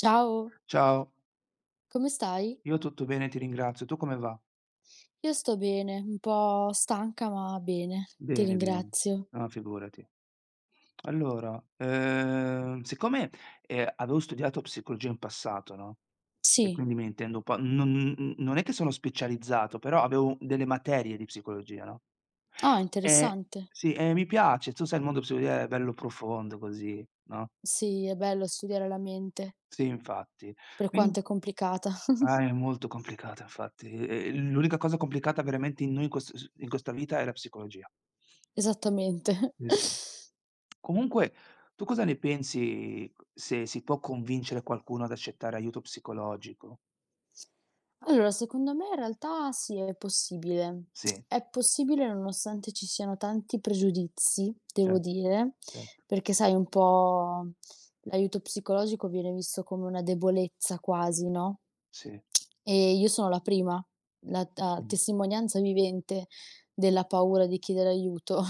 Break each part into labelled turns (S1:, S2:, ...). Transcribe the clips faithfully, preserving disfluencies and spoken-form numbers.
S1: Ciao,
S2: Ciao,
S1: come stai?
S2: io tutto bene, ti ringrazio. Tu come va?
S1: Io sto bene, un po' stanca ma bene, ti
S2: Bene, bene.
S1: ringrazio.
S2: No, figurati. Allora, ehm, siccome, ehm, avevo studiato psicologia in passato, no, e
S1: Sì,
S2: quindi mi intendo un po' non n non è che sono specializzato, però avevo delle materie di psicologia, no,
S1: ah,
S2: e
S1: interessante.
S2: sì, e mi piace. Tu sai il mondo psicologia è bello profondo così, no,
S1: Sì, è bello studiare la mente,
S2: sì, infatti.
S1: per
S2: Quin
S1: quanto è complicata.
S2: Ah, è molto complicato infatti. E e l'unica cosa complicata veramente in noi in quest s in questa vita è la psicologia.
S1: Esattamente.
S2: Sì, sì. Comunque, tu cosa ne pensi se si può convincere qualcuno ad accettare aiuto psicologico?
S1: Allora, secondo me in realtà sì, è possibile.
S2: Sì,
S1: È possibile nonostante ci siano tanti pregiudizi, devo
S2: certo,
S1: dire,
S2: certo,
S1: perché sai un po' l'aiuto psicologico viene visto come una debolezza quasi, no,
S2: sì,
S1: e io sono la prima, la ta
S2: sì,
S1: testimonianza vivente della paura di chiedere aiuto.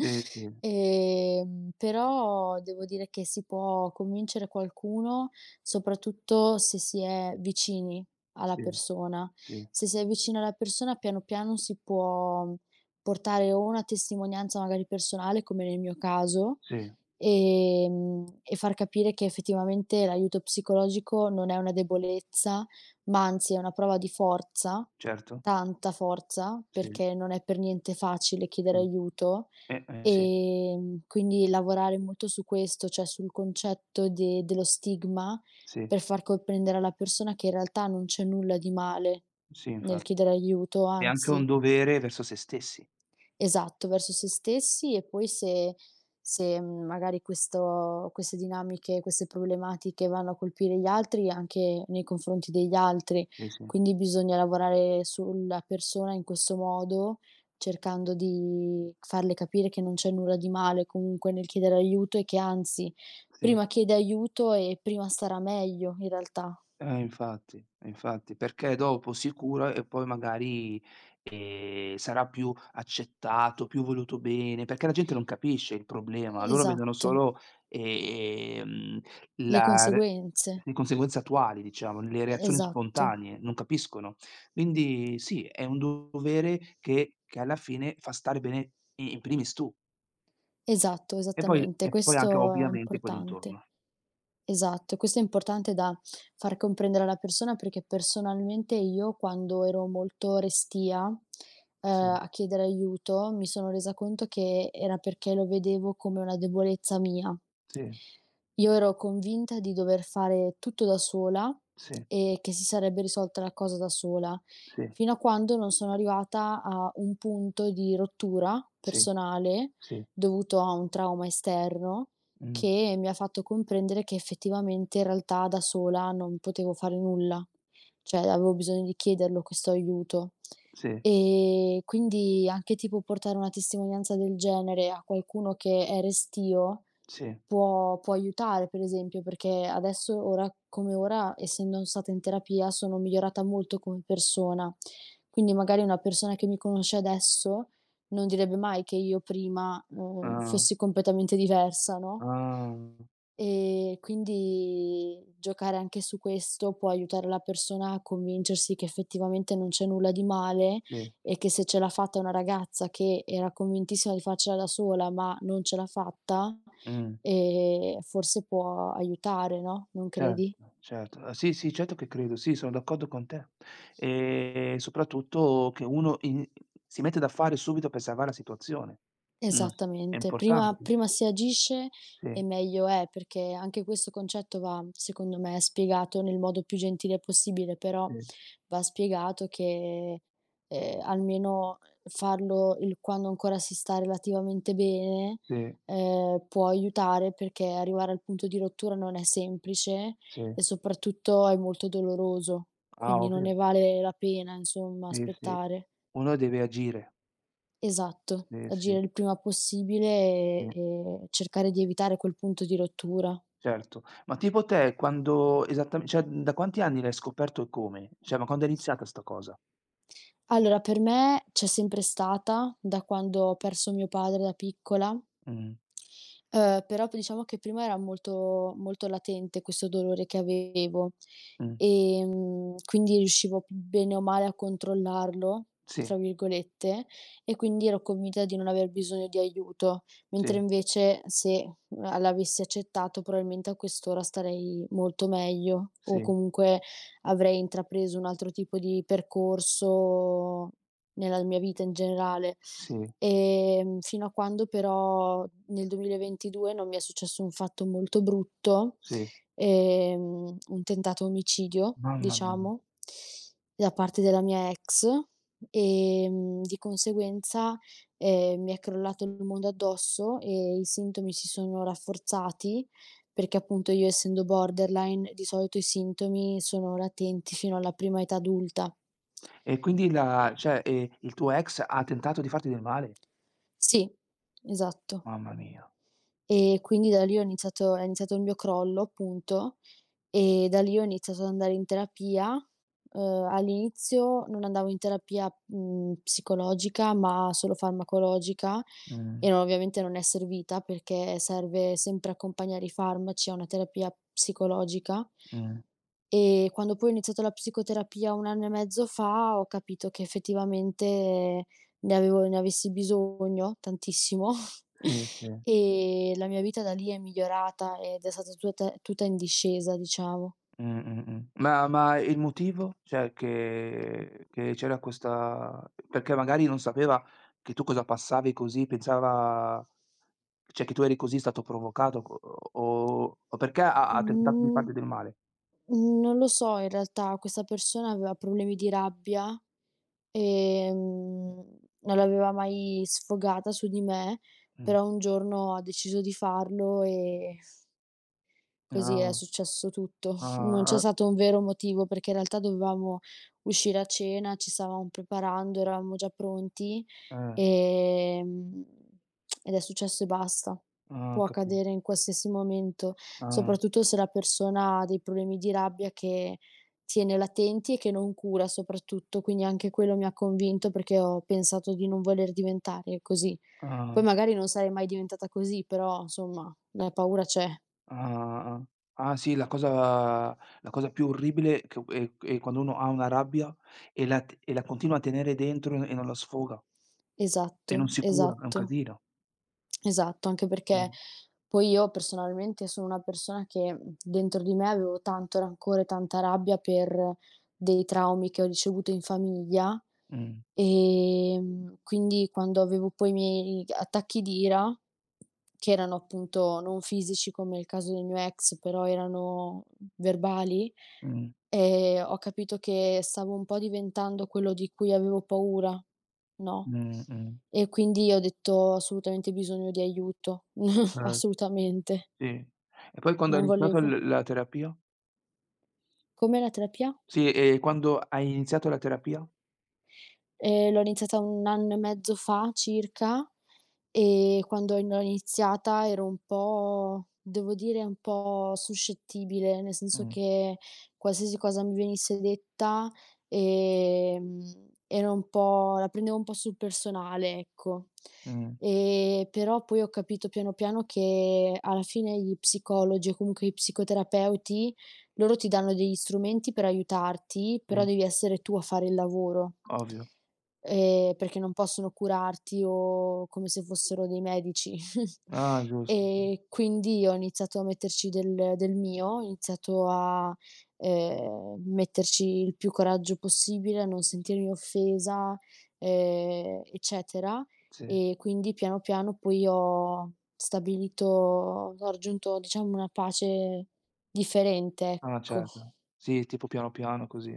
S2: sì, sì,
S1: Ehm, però devo dire che si può convincere qualcuno, soprattutto se si è vicini, alla
S2: sì,
S1: persona.
S2: sì,
S1: Se sei vicino alla persona, piano piano si può mhmm, portare o una testimonianza magari personale, come nel mio caso,
S2: sì,
S1: ehm, e far capire che effettivamente l'aiuto psicologico non è una debolezza, ma anzi è una prova di forza,
S2: certo,
S1: tanta forza,
S2: sì,
S1: perché non è per niente facile chiedere
S2: sì,
S1: aiuto.
S2: eh, eh, sì,
S1: Ehm, quindi lavorare molto su questo, cioè sul concetto de dello stigma,
S2: sì,
S1: per far comprendere alla persona che in realtà non c'è nulla di male
S2: sì,
S1: nel
S2: infatti.
S1: chiedere aiuto,
S2: È anche un
S1: anzi.
S2: dovere verso se stessi.
S1: Esatto, verso se stessi e poi se se, mhmm, magari questo queste dinamiche, queste problematiche vanno a colpire gli altri, anche nei confronti degli altri.
S2: Sì, sì,
S1: Quindi bisogna lavorare sulla persona in questo modo, cercando di farle capire che non c'è nulla di male comunque nel chiedere aiuto e che anzi,
S2: sì.
S1: prima chiede aiuto e prima starà meglio in realtà.
S2: Eh infatti, eh infatti, perché dopo si cura e poi magari, ehm, sarà più accettato, più voluto bene, perché la gente non capisce il problema, loro vedono
S1: Esatto,
S2: solo, eh, ehm,
S1: le
S2: la r
S1: conseguenze.
S2: le conseguenze attuali diciamo, le reazioni
S1: Esatto.
S2: spontanee, non capiscono. Quindi sì, è un dovere che che alla fine fa stare bene i in primis tu
S1: Esatto,
S2: e poi
S1: esattamente,
S2: e poi anche
S1: questo è
S2: ovviamente quelli
S1: importante.
S2: intorno.
S1: Esatto, questo è importante da far comprendere alla persona perché personalmente io quando ero molto restia, ehm,
S2: Sì,
S1: a chiedere aiuto, mi sono resa conto che era perché lo vedevo come una debolezza mia.
S2: sì,
S1: Io ero convinta di dover fare tutto da sola
S2: sì,
S1: e che si sarebbe risolta la cosa da sola,
S2: sì,
S1: fino a quando non sono arrivata a un punto di rottura
S2: sì, sì.
S1: personale
S2: Sì.
S1: dovuto a un trauma esterno,
S2: Mh.
S1: che mi ha fatto comprendere che effettivamente in realtà da sola non potevo fare nulla, cioè avevo bisogno di chiederlo questo aiuto.
S2: Sì,
S1: E quindi anche tipo portare una testimonianza del genere a qualcuno che è restio
S2: sì.
S1: Può può aiutare, per esempio, perché adesso, ora come ora, essendo stata in terapia, sono migliorata molto come persona. Quindi magari una persona che mi conosce adesso non direbbe mai che io prima, uhm,
S2: Ah,
S1: fossi completamente diversa, no?
S2: ah,
S1: E quindi giocare anche su questo può aiutare la persona a convincersi che effettivamente non c'è nulla di male
S2: sì.
S1: e che se ce l'ha fatta una ragazza che era convintissima di farcela da sola, ma non ce l'ha fatta,
S2: Mh.
S1: ehm, forse può aiutare, no, non credi?
S2: Certo, certo. Ah, sì, sì, certo che credo. Sì, sono d'accordo con te. Ehm, soprattutto che uno in si mette da fare subito per salvare la situazione. Non s È
S1: Esattamente. Prima
S2: importante.
S1: prima si agisce e
S2: Sì,
S1: meglio è, perché anche questo concetto va, secondo me, spiegato nel modo più gentile possibile, però
S2: sì,
S1: va spiegato che, ehm, almeno farlo il quando ancora si sta relativamente bene,
S2: sì,
S1: ehm, può aiutare perché arrivare al punto di rottura non è semplice
S2: sì.
S1: e soprattutto è molto doloroso,
S2: Ah,
S1: quindi non ne
S2: ovvio.
S1: vale la pena, insomma,
S2: Sì, sì.
S1: aspettare.
S2: Uno deve agire.
S1: Esatto,
S2: Sì, sì,
S1: agire il prima
S2: sì,
S1: possibile, ehm, e cercare di evitare quel punto di rottura.
S2: certo. Ma tipo te quando esattame cioè da quanti anni l'hai scoperto e come? Cioè, ma quando è iniziata 'sta cosa?
S1: Allora, per me c'è sempre stata da quando ho perso mio padre da piccola.
S2: Mh.
S1: Uhm, però p diciamo che prima era molto molto latente questo dolore che avevo,
S2: Mh.
S1: ehm, quindi riuscivo bene o male a "controllarlo",
S2: Sì,
S1: tra virgolette, e quindi ero convinta di non aver bisogno di aiuto, mentre
S2: sì,
S1: invece se a l'avessi accettato probabilmente a quest'ora starei molto meglio o
S2: sì,
S1: comunque avrei intrapreso un altro tipo di percorso nella mia vita in generale.
S2: sì,
S1: Ehm, fino a quando però nel duemilaventidue non mi è successo un fatto molto brutto,
S2: sì.
S1: ehm, un tentato omicidio,
S2: Mamma mia.
S1: diciamo, da parte della mia ex, ehm, di conseguenza, ehm, mi è crollato il mondo addosso e i sintomi si sono rafforzati, perché appunto io essendo borderline di solito i sintomi sono latenti fino alla prima età adulta.
S2: E quindi la
S1: Eh.
S2: cioè, ehm, il tuo ex ha tentato di farti del male?
S1: Sì, esatto.
S2: Mamma mia.
S1: E quindi da lì ho iniziato è iniziato il mio crollo appunto, e da lì ho iniziato ad andare in terapia. Uhm, all'inizio non andavo in terapia, mhmm, psicologica, ma solo farmacologica
S2: Mh,
S1: e non- ovviamente non è servita perché serve sempre accompagnare i farmaci a una terapia psicologica.
S2: mh.
S1: E quando poi ho iniziato la psicoterapia un anno e mezzo fa, ho capito che effettivamente ne avevo ne avessi bisogno tantissimo.
S2: Sì, sì.
S1: E la mia vita da lì è migliorata ed è stata tutta tutta in discesa, diciamo.
S2: Mh, mh, mh. Ma ma il motivo? Cioè che che c'era questa perché magari non sapeva che tu cosa passavi così, pensava cioè che tu eri così stato provocato co o o perché ha ha tentato di
S1: Mhmm,
S2: farti del male?
S1: Non lo so in realtà, questa persona aveva problemi di rabbia, ehm, non l'aveva mai sfogata su di me,
S2: Mh.
S1: però un giorno ha deciso di farlo e così è
S2: Ah,
S1: successo tutto.
S2: ah,
S1: Non c'è
S2: ah,
S1: stato un vero motivo, perché in realtà dovevamo uscire a cena, ci stavamo preparando, eravamo già pronti.
S2: eh,
S1: Ehm, Ed è successo e basta.
S2: ah, ho
S1: Può
S2: capi
S1: accadere in qualsiasi momento,
S2: ah,
S1: soprattutto se la persona ha dei problemi di rabbia che tiene latenti e che non cura soprattutto, quindi anche quello mi ha convinto perché ho pensato di non voler diventare così. Poi
S2: ah,
S1: magari non sarei mai diventata così, però insomma la paura c'è.
S2: ah, ah. Ah sì, la cosa la cosa più orribile che è è quando uno ha una rabbia e la t e la continua a tenere dentro e non la sfoga e non
S1: Esatto,
S2: si cura, è un
S1: esatto.
S2: casino.
S1: Esatto, anche
S2: Mh,
S1: perché poi io personalmente sono una persona che, mhmm, dentro di me avevo tanto rancore, tanta rabbia per dei traumi che ho ricevuto in famiglia,
S2: mh,
S1: ehm, quindi quando avevo poi i miei attacchi di ira, che erano appunto non fisici come il caso del mio ex, però erano verbali,
S2: mh,
S1: Ehm, ho capito che stavo un po' diventando quello di cui avevo paura, no,
S2: mh, mh.
S1: e quindi ho detto: "Ho assolutamente bisogno di aiuto."
S2: Eh,
S1: Assolutamente,
S2: sì. E poi quando hai
S1: non
S2: iniziato
S1: volevo.
S2: l la terapia?
S1: Com'è la terapia?
S2: Sì, e quando hai iniziato la terapia?
S1: Ehm, l'ho iniziata un anno e mezzo fa circa, e quando in l'ho iniziata ero un po', devo dire, un po' suscettibile, nel senso
S2: Mh,
S1: che qualsiasi cosa mi venisse detta, ehm, ero un po' la prendevo un po' sul personale, ecco.
S2: mh,
S1: Ehm, però poi ho capito piano piano che alla fine gli psicologi o comunque i psicoterapeuti, loro ti danno degli strumenti per aiutarti, però
S2: sì,
S1: devi essere tu a fare il lavoro
S2: ovvio.
S1: ehm, perché non possono curarti o come se fossero dei medici.
S2: Ah giusto,
S1: E quindi ho iniziato a metterci del del mio, ho iniziato a ehm, metterci il più coraggio possibile, a non sentirmi offesa, ehm, eccetera.
S2: sì.
S1: E quindi piano piano poi ho stabilito ho raggiunto, diciamo, una pace differente,
S2: Ah
S1: ecco.
S2: certo. Sì, tipo piano piano così.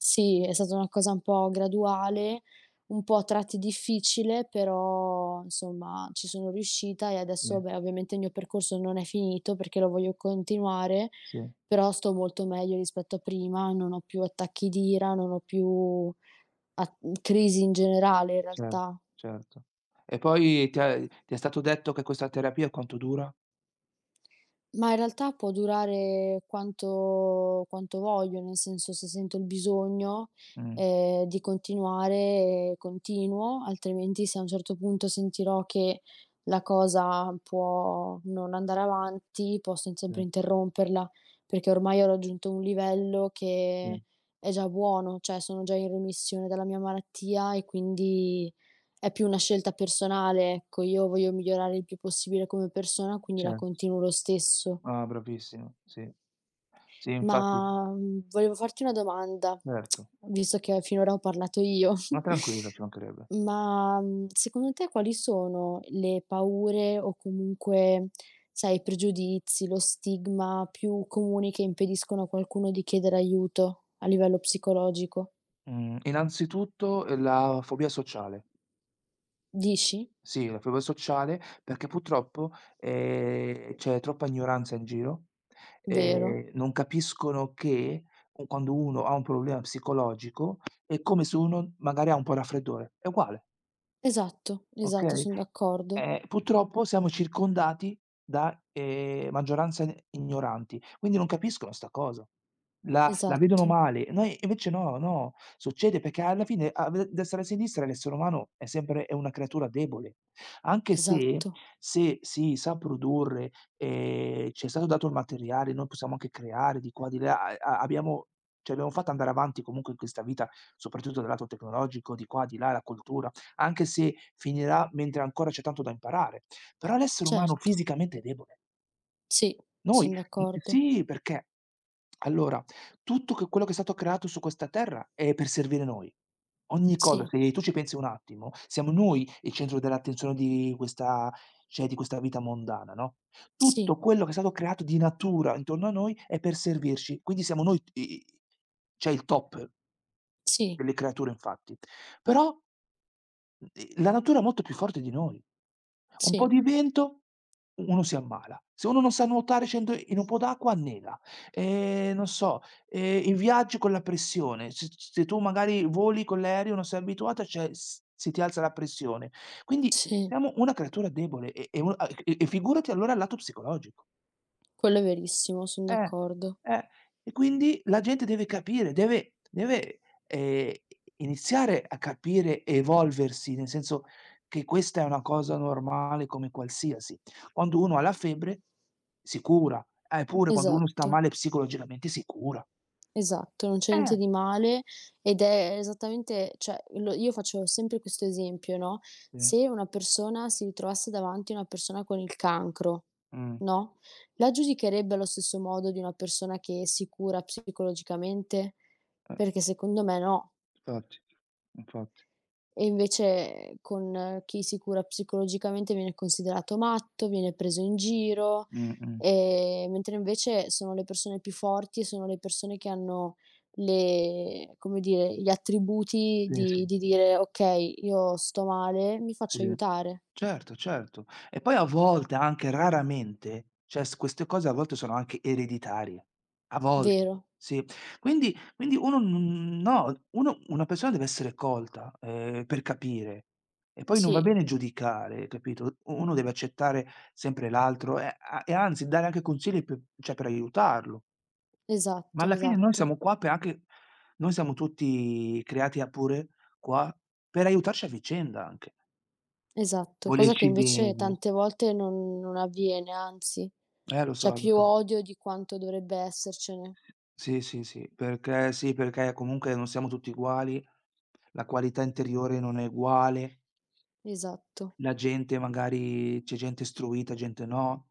S1: Sì, è stata una cosa un po' graduale, un po' a tratti difficile, però insomma ci sono riuscita e
S2: Sì,
S1: adesso, beh, ovviamente il mio percorso non è finito perché lo voglio continuare,
S2: sì.
S1: però sto molto meglio rispetto a prima, non ho più attacchi di ira, non ho più a- crisi in generale in
S2: Certo,
S1: realtà.
S2: certo. E poi ti è ti è stato detto che questa terapia quanto dura?
S1: Ma in realtà può durare quanto quanto voglio, nel senso se sento il bisogno,
S2: Mh,
S1: ehm, di continuare, eh, continuo, altrimenti se a un certo punto sentirò che la cosa può non andare avanti, posso in
S2: sì,
S1: sempre interromperla, perché ormai ho raggiunto un livello
S2: sì,
S1: che è già buono, cioè sono già in remissione dalla mia malattia e quindi è più una scelta personale, ecco. Io voglio migliorare il più possibile come persona, quindi la
S2: certo.
S1: continuo lo stesso.
S2: Ah, bravissimo, sì. Sì, infatti
S1: Ma, mhmm, volevo farti una domanda,
S2: certo.
S1: visto che finora ho parlato io.
S2: Ma tranquilla, ci mancherebbe.
S1: Ma, mhmm, secondo te quali sono le paure o comunque, sai, i pregiudizi, lo stigma più comuni che impediscono a qualcuno di chiedere aiuto a livello psicologico?
S2: Mhmm, innanzitutto, ehm, la fobia sociale.
S1: Dici?
S2: Sì, la fobia sociale, perché purtroppo, ehm, c'è troppa ignoranza in giro,
S1: Vero.
S2: ehm, non capiscono che u quando uno ha un problema psicologico è come se uno magari ha un po' raffreddore, è uguale,
S1: Esatto, esatto,
S2: okay?
S1: son d'accordo.
S2: Eh, purtroppo siamo circondati da, ehm, maggioranze ignoranti, quindi non capiscono 'sta cosa. La la vedono
S1: Esatto,
S2: male. Noi invece no, no, succede perché alla fine a ve destra e sinistra l'essere umano è sempre è una creatura debole. Anche se
S1: esatto.
S2: se si sa produrre, ehm, ci è stato dato il materiale, noi possiamo anche creare di qua di là, a a abbiamo ci abbiamo fatto andare avanti comunque in questa vita, soprattutto dal lato tecnologico, di qua, di là, la cultura, anche se finirà mentre ancora c'è tanto da imparare. Però l'essere umano
S1: Certo.
S2: fisicamente è debole.
S1: Sì,
S2: Noi
S1: son
S2: mhmm,
S1: d'accordo.
S2: sì, perché allora, tutto che quello che è stato creato su questa terra è per servire noi. Ogni cosa,
S1: Sì,
S2: se tu ci pensi un attimo, siamo noi il centro dell'attenzione di questa cioè di questa vita mondana, no,
S1: sì,
S2: tutto quello che è stato creato di natura intorno a noi è per servirci, quindi siamo noi t i i cioè il top
S1: sì,
S2: delle creature infatti. Però mhmm, ehm, la natura è molto più forte di noi. Un po'
S1: sì.
S2: di vento, uno si ammala. Se uno non sa nuotare scende in un po' d'acqua, annega. Ehm, non so, ehm, in viaggio con la pressione, se se tu magari voli con l'aereo, non sei abituata, cioè s si ti alza la pressione. Quindi
S1: Sì,
S2: siamo una creatura debole e e u a e e figurati allora il lato psicologico.
S1: quello è verissimo, son
S2: Eh,
S1: d'accordo.
S2: eh, e quindi la gente deve capire, deve deve, ehm, iniziare a capire e evolversi, nel senso che questa è una cosa normale come qualsiasi. Quando uno ha la febbre si cura, eh, eppure quando uno sta
S1: Esatto,
S2: male psicologicamente si cura.
S1: esatto, non c'è niente
S2: Eh.
S1: di male ed è esattamente, cioè, lo io faccio sempre questo esempio, no,
S2: Sì,
S1: se una persona si ritrovasse davanti una persona con il cancro,
S2: mh,
S1: no, la giudicherebbe allo stesso modo di una persona che si cura psicologicamente?
S2: eh,
S1: Perché secondo me no.
S2: infatti, infatti.
S1: E invece con chi si cura psicologicamente viene considerato matto, viene preso in giro,
S2: Mh-mh.
S1: ehm, mentre invece sono le persone più forti e sono le persone che hanno le, come dire, gli attributi
S2: Sì,
S1: di
S2: sì,
S1: di dire: "Okay, io sto male, mi
S2: sì.
S1: faccio aiutare."
S2: Certo, certo. E poi a volte, anche raramente, cioè s queste cose a volte sono anche ereditarie. A volte,
S1: Vero,
S2: sì. Quindi quindi uno n no, uno una persona deve essere colta, ehm, per capire. E poi non va
S1: sì,
S2: bene giudicare, capito? U Uno deve accettare sempre l'altro e a e anzi dare anche consigli pe cioè per aiutarlo. Ma
S1: esatto,
S2: alla fine noi
S1: esatto,
S2: siamo qua per anche noi siamo tutti creati a pure qua per aiutarci a vicenda anche,
S1: esatto. Cosa che
S2: volerci
S1: invece
S2: bene.
S1: tante volte non non avviene, anzi,
S2: Eh, lo
S1: c'è
S2: so, lo
S1: più
S2: so.
S1: odio di quanto dovrebbe essercene.
S2: Sì, sì, sì, perché sì, perché comunque non siamo tutti uguali, la qualità interiore non è uguale,
S1: Esatto.
S2: la gente magari c'è gente istruita, gente no.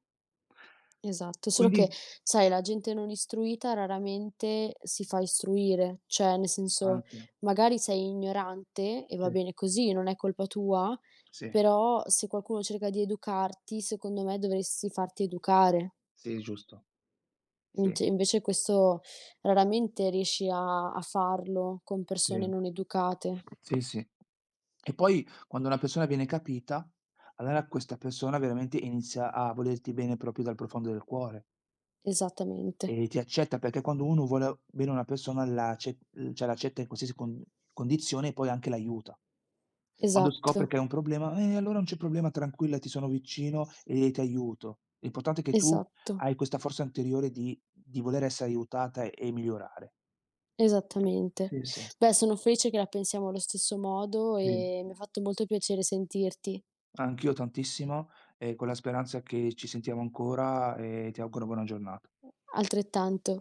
S1: Esatto, solo che
S2: Quindi
S1: sai la gente non istruita raramente si fa istruire, cioè nel senso
S2: anche,
S1: magari sei ignorante e va
S2: sì,
S1: bene così, non è colpa tua,
S2: sì,
S1: però se qualcuno cerca di educarti, secondo me dovresti farti educare.
S2: sì, giusto. Sì,
S1: Int invece questo raramente riesci a a farlo con
S2: sì,
S1: persone non educate.
S2: sì, sì. E poi quando una persona viene capita, allora questa persona veramente inizia a volerti bene proprio dal profondo del cuore.
S1: Esattamente.
S2: E ti accetta perché quando uno vuole bene a una persona la acce uhm, cioè l'accetta in qualsiasi con condizione e poi anche l'aiuta. Quando
S1: Esatto,
S2: scopre che è un problema: "Eh, allora non c'è problema, tranquilla, ti sono vicino e ti aiuto." L'importante è che tu
S1: esatto.
S2: hai questa forza interiore di di voler essere aiutata e e migliorare.
S1: Esattamente.
S2: Sì, sì,
S1: Beh, sono felice che la pensiamo allo stesso modo
S2: sì.
S1: e mi ha fatto molto piacere sentirti.
S2: Anch'io tantissimo e con la speranza che ci sentiamo ancora e ti auguro buona giornata.
S1: Altrettanto.